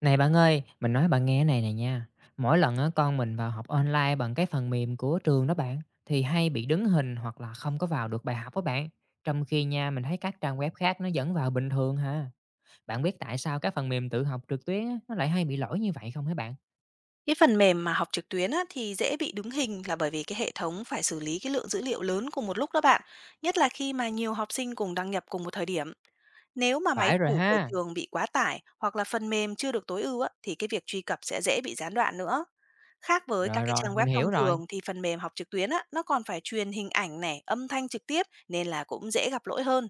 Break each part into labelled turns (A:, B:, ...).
A: Này bạn ơi, mình nói bạn nghe cái này này nha. Mỗi lần á, con mình vào học online bằng cái phần mềm của trường đó bạn, thì hay bị đứng hình hoặc là không có vào được bài học đó bạn. Trong khi nha, mình thấy các trang web khác nó vẫn vào bình thường ha. Bạn biết tại sao cái phần mềm tự học trực tuyến á, nó lại hay bị lỗi như vậy không hả bạn?
B: Cái phần mềm mà học trực tuyến á, thì dễ bị đứng hình là bởi vì cái hệ thống phải xử lý cái lượng dữ liệu lớn cùng một lúc đó bạn, nhất là khi mà nhiều học sinh cùng đăng nhập cùng một thời điểm. Nếu mà máy
A: Phải rồi
B: chủ của
A: ha.
B: trường bị quá tải hoặc là phần mềm chưa được tối ưu á, thì cái việc truy cập sẽ dễ bị gián đoạn nữa. Khác với các
A: Rồi
B: cái
A: rồi,
B: trang
A: mình
B: web
A: hiểu
B: thông
A: rồi.
B: thường thì phần mềm học trực tuyến á, nó còn phải truyền hình ảnh này, âm thanh trực tiếp nên là cũng dễ gặp lỗi hơn.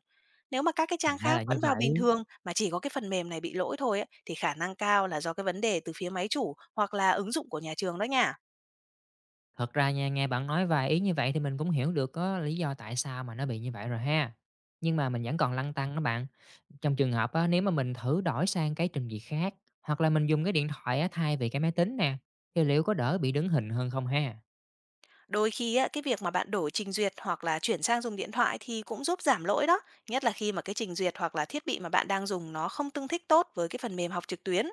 B: Nếu mà các cái
A: Thì
B: trang
A: ra là
B: khác
A: như
B: vẫn vào
A: vậy.
B: bình thường mà chỉ có cái phần mềm này bị lỗi thôi ấy, thì khả năng cao là do cái vấn đề từ phía máy chủ hoặc là ứng dụng của nhà trường đó nha.
A: Thật ra nha, nghe bạn nói vài ý như vậy thì mình cũng hiểu được có lý do tại sao mà nó bị như vậy rồi ha. Nhưng mà mình vẫn còn lăn tăn đó bạn. Trong trường hợp á, nếu mà mình thử đổi sang cái trình duyệt khác hoặc là mình dùng cái điện thoại á, thay vì cái máy tính nè, thì liệu có đỡ bị đứng hình hơn không ha?
B: Đôi khi á, cái việc mà bạn đổi trình duyệt hoặc là chuyển sang dùng điện thoại thì cũng giúp giảm lỗi đó, nhất là khi mà cái trình duyệt hoặc là thiết bị mà bạn đang dùng nó không tương thích tốt với cái phần mềm học trực tuyến.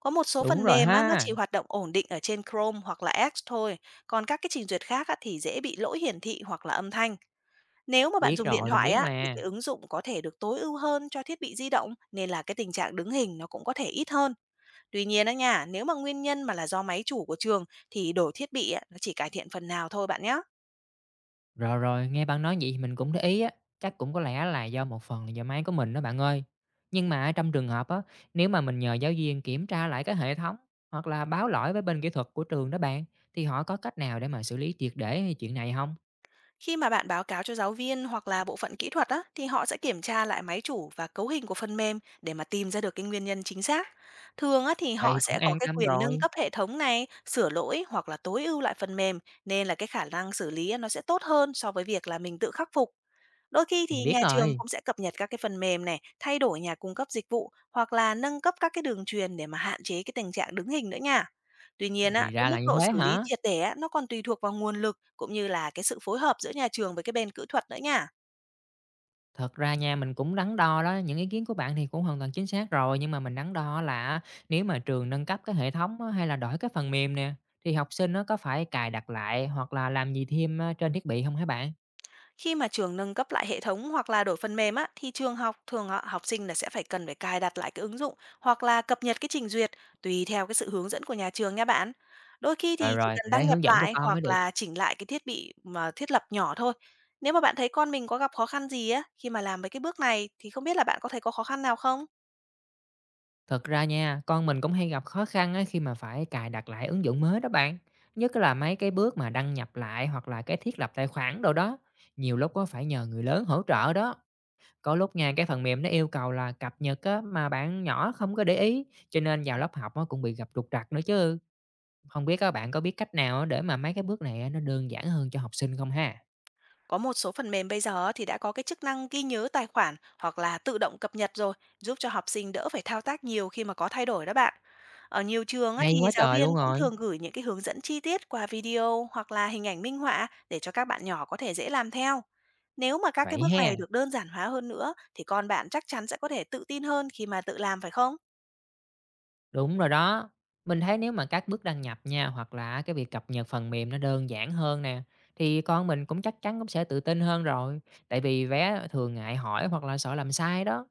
B: Có một số
A: Đúng
B: phần
A: rồi
B: mềm á, nó
A: ha,
B: chỉ hoạt động ổn định ở trên Chrome hoặc là Edge thôi, còn các cái trình duyệt khác á, thì dễ bị lỗi hiển thị hoặc là âm thanh. Nếu mà bạn
A: biết
B: dùng điện
A: rồi, mình biết
B: thoại á, thì
A: mà.
B: cái ứng dụng có thể được tối ưu hơn cho thiết bị di động, nên là cái tình trạng đứng hình nó cũng có thể ít hơn. Tuy nhiên á nha, nếu mà nguyên nhân mà là do máy chủ của trường thì đổi thiết bị á, nó chỉ cải thiện phần nào thôi bạn nhé.
A: Rồi rồi, nghe bạn nói vậy thì mình cũng để ý á, chắc cũng có lẽ là do một phần là do máy của mình đó bạn ơi. Nhưng mà trong trường hợp á, nếu mà mình nhờ giáo viên kiểm tra lại cái hệ thống hoặc là báo lỗi với bên kỹ thuật của trường đó bạn, thì họ có cách nào để mà xử lý triệt để hay chuyện này không?
B: Khi mà bạn báo cáo cho giáo viên hoặc là bộ phận kỹ thuật á, thì họ sẽ kiểm tra lại máy chủ và cấu hình của phần mềm để mà tìm ra được cái nguyên nhân chính xác. Thường á, thì họ
A: Vậy cũng
B: sẽ có
A: an
B: cái
A: tâm
B: quyền nâng
A: rồi,
B: cấp hệ thống này, sửa lỗi hoặc là tối ưu lại phần mềm, nên là cái khả năng xử lý á, nó sẽ tốt hơn so với việc là mình tự khắc phục. Đôi khi
A: mình
B: thì
A: biết
B: nhà trường
A: rồi,
B: cũng sẽ cập nhật các cái phần mềm này, thay đổi nhà cung cấp dịch vụ hoặc là nâng cấp các cái đường truyền để mà hạn chế cái tình trạng đứng hình nữa nha. Tuy nhiên á,
A: thì
B: cái
A: ra
B: mức
A: là như
B: độ
A: thế
B: xử lý
A: hả?
B: triệt để á, nó còn tùy thuộc vào nguồn lực cũng như là cái sự phối hợp giữa nhà trường với cái bên kỹ thuật nữa nha.
A: Thật ra nha, mình cũng đắn đo đó, những ý kiến của bạn thì cũng hoàn toàn chính xác rồi, nhưng mà mình đắn đo là nếu mà trường nâng cấp cái hệ thống á, hay là đổi cái phần mềm nè, thì học sinh nó có phải cài đặt lại hoặc là làm gì thêm á, trên thiết bị không hả bạn?
B: Khi mà trường nâng cấp lại hệ thống hoặc là đổi phần mềm á, thì trường học thường học sinh là sẽ phải cần phải cài đặt lại cái ứng dụng hoặc là cập nhật cái trình duyệt tùy theo cái sự hướng dẫn của nhà trường nha bạn. Đôi khi
A: Rồi,
B: thì chỉ
A: rồi,
B: cần
A: mình lấy
B: đăng nhập
A: hướng dẫn cho
B: lại
A: con mới
B: hoặc
A: được.
B: là chỉnh lại cái thiết bị mà thiết lập nhỏ thôi. Nếu mà bạn thấy con mình có gặp khó khăn gì á khi mà làm mấy cái bước này thì không biết là bạn có thấy có khó khăn nào không?
A: Thật ra nha, con mình cũng hay gặp khó khăn á, khi mà phải cài đặt lại ứng dụng mới đó bạn, nhất là mấy cái bước mà đăng nhập lại hoặc là cái thiết lập tài khoản đồ đó, nhiều lúc có phải nhờ người lớn hỗ trợ đó. Có lúc nha, cái phần mềm nó yêu cầu là cập nhật á, mà bạn nhỏ không có để ý, cho nên vào lớp học á, cũng bị gặp trục trặc nữa chứ. Không biết các bạn có biết cách nào á, để mà mấy cái bước này á, nó đơn giản hơn cho học sinh không ha?
B: Có một số phần mềm bây giờ thì đã có cái chức năng ghi nhớ tài khoản hoặc là tự động cập nhật rồi, giúp cho học sinh đỡ phải thao tác nhiều khi mà có thay đổi đó bạn. Ở nhiều trường á
A: Hay
B: thì
A: quá
B: giáo
A: trời
B: viên
A: luôn
B: cũng
A: rồi!
B: thường gửi những cái hướng dẫn chi tiết qua video hoặc là hình ảnh minh họa để cho các bạn nhỏ có thể dễ làm theo. Nếu mà các cái
A: Vậy
B: bước
A: ha,
B: này được đơn giản hóa hơn nữa thì con bạn chắc chắn sẽ có thể tự tin hơn khi mà tự làm phải không?
A: đúng rồi đó. Mình thấy nếu mà các bước đăng nhập nha, hoặc là cái việc cập nhật phần mềm nó đơn giản hơn nè, thì con mình cũng chắc chắn cũng sẽ tự tin hơn rồi, tại vì vé thường ngại hỏi hoặc là sợ làm sai đó.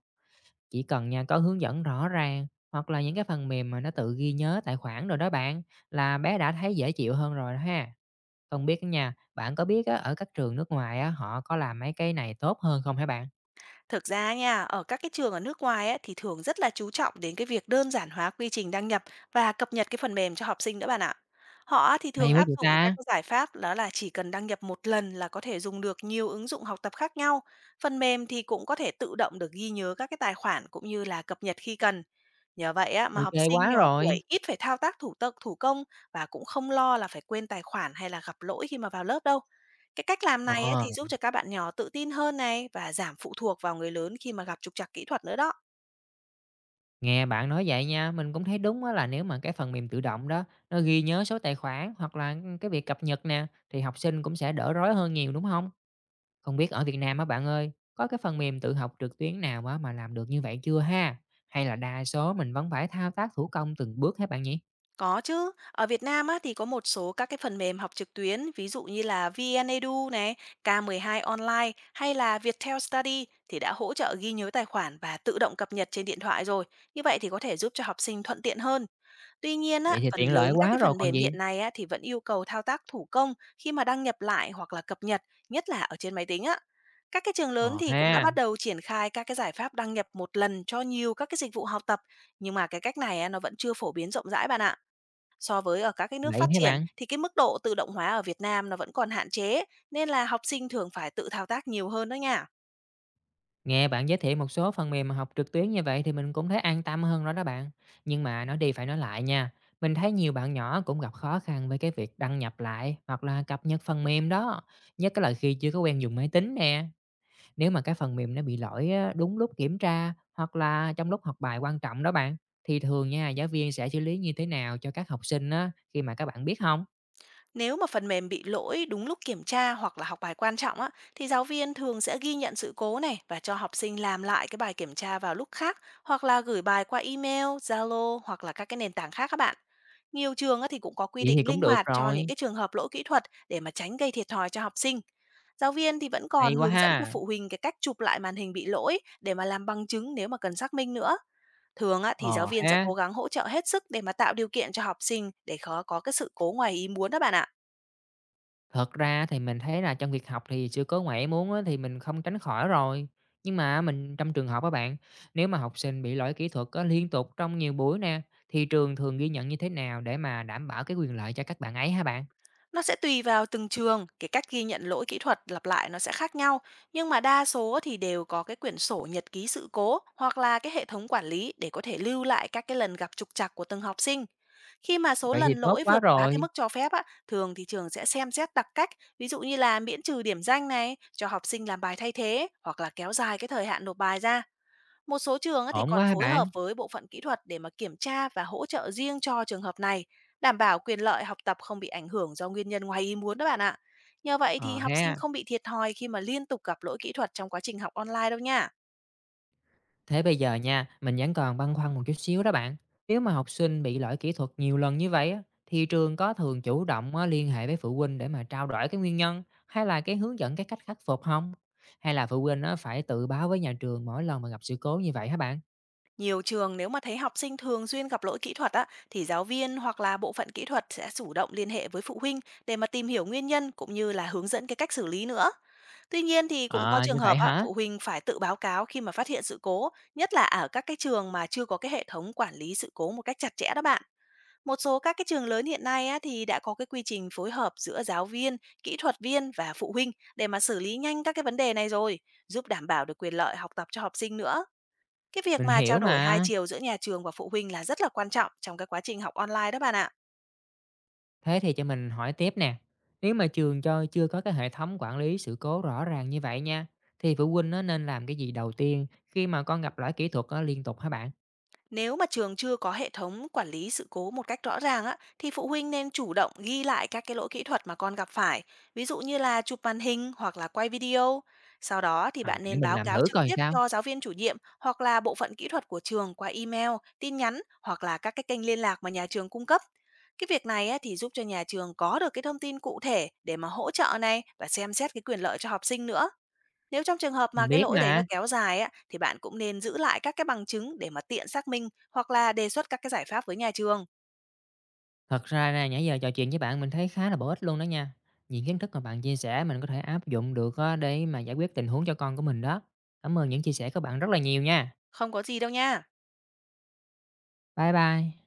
A: Chỉ cần nha có hướng dẫn rõ ràng hoặc là những cái phần mềm mà nó tự ghi nhớ tài khoản rồi đó bạn là bé đã thấy dễ chịu hơn rồi đó ha. Không biết đó nha, bạn có biết á, ở các trường nước ngoài á, họ có làm mấy cái này tốt hơn không hả bạn?
B: Thực ra nha, ở các cái trường ở nước ngoài ấy, thì thường rất là chú trọng đến cái việc đơn giản hóa quy trình đăng nhập và cập nhật cái phần mềm cho học sinh nữa bạn ạ. Họ thì
A: Hay
B: thường
A: quá
B: áp
A: vậy
B: dụng các
A: ta.
B: cái giải pháp đó là chỉ cần đăng nhập một lần là có thể dùng được nhiều ứng dụng học tập khác nhau. Phần mềm thì cũng có thể tự động được ghi nhớ các cái tài khoản cũng như là cập nhật khi cần. Nhờ vậy á, mà
A: Ok
B: học sinh
A: quá
B: nhỏ
A: rồi.
B: tuổi ít phải thao tác thủ tục thủ công và cũng không lo là phải quên tài khoản hay là gặp lỗi khi mà vào lớp đâu. Cái cách làm
A: Ờ,
B: này ấy thì giúp cho các bạn nhỏ tự tin hơn này và giảm phụ thuộc vào người lớn khi mà gặp trục trặc kỹ thuật nữa đó.
A: nghe bạn nói vậy nha, mình cũng thấy đúng á, là nếu mà cái phần mềm tự động đó nó ghi nhớ số tài khoản hoặc là cái việc cập nhật nè thì học sinh cũng sẽ đỡ rối hơn nhiều đúng không? Không biết ở Việt Nam á bạn ơi, có cái phần mềm tự học trực tuyến nào á mà làm được như vậy chưa ha? Hay là đa số mình vẫn phải thao tác thủ công từng bước hả bạn nhỉ?
B: Có chứ, ở Việt Nam á, thì có một số các cái phần mềm học trực tuyến, ví dụ như là VnEdu này, K12 Online hay là Viettel Study thì đã hỗ trợ ghi nhớ tài khoản và tự động cập nhật trên điện thoại rồi. Như vậy thì có thể giúp cho học sinh thuận tiện hơn. Tuy nhiên á,
A: Vậy thì
B: phần
A: tiện lợi
B: lớn các cái
A: quá rồi
B: phần
A: còn
B: mềm
A: gì.
B: hiện nay á, thì vẫn yêu cầu thao tác thủ công khi mà đăng nhập lại hoặc là cập nhật, nhất là ở trên máy tính á. Các cái trường lớn
A: Ờ
B: thì cũng đã
A: ha,
B: bắt đầu triển khai các cái giải pháp đăng nhập một lần cho nhiều các cái dịch vụ học tập, nhưng mà cái cách này á, nó vẫn chưa phổ biến rộng rãi bạn ạ. So với ở các cái nước
A: vậy
B: phát
A: hả
B: triển
A: bạn?
B: thì cái mức độ tự động hóa ở Việt Nam nó vẫn còn hạn chế, nên là học sinh thường phải tự thao tác nhiều hơn đó nha.
A: Nghe bạn giới thiệu một số phần mềm mà học trực tuyến như vậy thì mình cũng thấy an tâm hơn rồi đó bạn. Nhưng mà nói đi phải nói lại nha. Mình thấy nhiều bạn nhỏ cũng gặp khó khăn với cái việc đăng nhập lại hoặc là cập nhật phần mềm đó. Nhất là khi chưa có quen dùng máy tính nè. Nếu mà cái phần mềm nó bị lỗi á, đúng lúc kiểm tra hoặc là trong lúc học bài quan trọng đó bạn, thì thường nha, giáo viên sẽ xử lý như thế nào cho các học sinh á, khi mà các bạn biết không?
B: Nếu mà phần mềm bị lỗi đúng lúc kiểm tra hoặc là học bài quan trọng á, thì giáo viên thường sẽ ghi nhận sự cố này và cho học sinh làm lại cái bài kiểm tra vào lúc khác hoặc là gửi bài qua email, Zalo hoặc là các cái nền tảng khác các bạn. Nhiều trường á, thì cũng có quy
A: Vậy
B: định
A: thì cũng
B: linh
A: được
B: hoạt cho
A: rồi,
B: những cái trường hợp lỗi kỹ thuật để mà tránh gây thiệt thòi cho học sinh. Giáo viên thì vẫn
A: hay
B: còn
A: quá
B: hướng dẫn cho
A: ha!
B: phụ huynh cái cách chụp lại màn hình bị lỗi để mà làm bằng chứng nếu mà cần xác minh nữa. Thường á, thì giáo
A: Ờ
B: viên sẽ
A: ha,
B: cố gắng hỗ trợ hết sức để mà tạo điều kiện cho học sinh để khó có cái sự cố ngoài ý muốn đó bạn ạ.
A: thật ra thì mình thấy là trong việc học thì sự cố ngoại ý muốn á, thì mình không tránh khỏi rồi. Nhưng mà mình trong trường học á bạn, nếu mà học sinh bị lỗi kỹ thuật á, liên tục trong nhiều buổi nè, thì trường thường ghi nhận như thế nào để mà đảm bảo cái quyền lợi cho các bạn ấy hả bạn?
B: Nó sẽ tùy vào từng trường, cái cách ghi nhận lỗi kỹ thuật lặp lại nó sẽ khác nhau, nhưng mà đa số thì đều có cái quyển sổ nhật ký sự cố hoặc là cái hệ thống quản lý để có thể lưu lại các cái lần gặp trục trặc của từng học sinh. Khi mà số
A: Vậy thì
B: lần
A: tốt
B: lỗi
A: quá
B: vượt quá
A: rồi,
B: cái mức cho phép á, thường thì trường sẽ xem xét đặc cách, ví dụ như là miễn trừ điểm danh này, cho học sinh làm bài thay thế hoặc là kéo dài cái thời hạn nộp bài ra. Một số trường á thì
A: ổn
B: còn
A: quá ha
B: phối
A: bạn!
B: hợp với bộ phận kỹ thuật để mà kiểm tra và hỗ trợ riêng cho trường hợp này, đảm bảo quyền lợi học tập không bị ảnh hưởng do nguyên nhân ngoài ý muốn đó bạn ạ. Nhờ vậy thì
A: Ờ
B: học sinh
A: ha.
B: không bị thiệt thòi khi mà liên tục gặp lỗi kỹ thuật trong quá trình học online đâu nha.
A: Thế bây giờ nha, mình vẫn còn băn khoăn một chút xíu đó bạn. Nếu mà học sinh bị lỗi kỹ thuật nhiều lần như vậy á, thì trường có thường chủ động á, liên hệ với phụ huynh để mà trao đổi cái nguyên nhân hay là cái hướng dẫn cái cách khắc phục không? Hay là phụ huynh á, phải tự báo với nhà trường mỗi lần mà gặp sự cố như vậy hả bạn?
B: Nhiều trường nếu mà thấy học sinh thường xuyên gặp lỗi kỹ thuật á, thì giáo viên hoặc là bộ phận kỹ thuật sẽ chủ động liên hệ với phụ huynh để mà tìm hiểu nguyên nhân cũng như là hướng dẫn cái cách xử lý nữa. Tuy nhiên thì cũng có
A: À như
B: trường
A: vậy
B: hợp á,
A: hả?
B: phụ huynh phải tự báo cáo khi mà phát hiện sự cố, nhất là ở các cái trường mà chưa có cái hệ thống quản lý sự cố một cách chặt chẽ đó bạn. Một số các cái trường lớn hiện nay á, thì đã có cái quy trình phối hợp giữa giáo viên, kỹ thuật viên và phụ huynh để mà xử lý nhanh các cái vấn đề này rồi, giúp đảm bảo được quyền lợi học tập cho học sinh nữa. Cái việc
A: Mình
B: mà trao
A: hiểu
B: đổi hai
A: mà.
B: chiều giữa nhà trường và phụ huynh là rất là quan trọng trong cái quá trình học online đó bạn ạ.
A: Thế thì cho mình hỏi tiếp nè. Nếu mà trường cho chưa có cái hệ thống quản lý sự cố rõ ràng như vậy nha, thì phụ huynh nó nên làm cái gì đầu tiên khi mà con gặp lỗi kỹ thuật á, liên tục hả bạn?
B: Nếu mà trường chưa có hệ thống quản lý sự cố một cách rõ ràng á, thì phụ huynh nên chủ động ghi lại các cái lỗi kỹ thuật mà con gặp phải, ví dụ như là chụp màn hình hoặc là quay video. Sau đó thì
A: À,
B: bạn
A: để
B: nên
A: mình
B: báo
A: làm
B: cáo
A: thử
B: trực
A: coi
B: tiếp
A: sao.
B: cho giáo viên chủ nhiệm hoặc là bộ phận kỹ thuật của trường qua email, tin nhắn hoặc là các cái kênh liên lạc mà nhà trường cung cấp. Cái việc này á, thì giúp cho nhà trường có được cái thông tin cụ thể để mà hỗ trợ này và xem xét cái quyền lợi cho học sinh nữa. Nếu trong trường hợp mà
A: Mình
B: cái
A: biết
B: lỗi đấy nó
A: mà,
B: kéo dài á, thì bạn cũng nên giữ lại các cái bằng chứng để mà tiện xác minh hoặc là đề xuất các cái giải pháp với nhà trường.
A: thật ra nha, nãy giờ trò chuyện với bạn mình thấy khá là bổ ích luôn đó nha. Những kiến thức mà bạn chia sẻ mình có thể áp dụng được á để mà giải quyết tình huống cho con của mình đó. Cảm ơn những chia sẻ của bạn rất là nhiều nha.
B: Không có gì đâu nha.
A: Bye bye.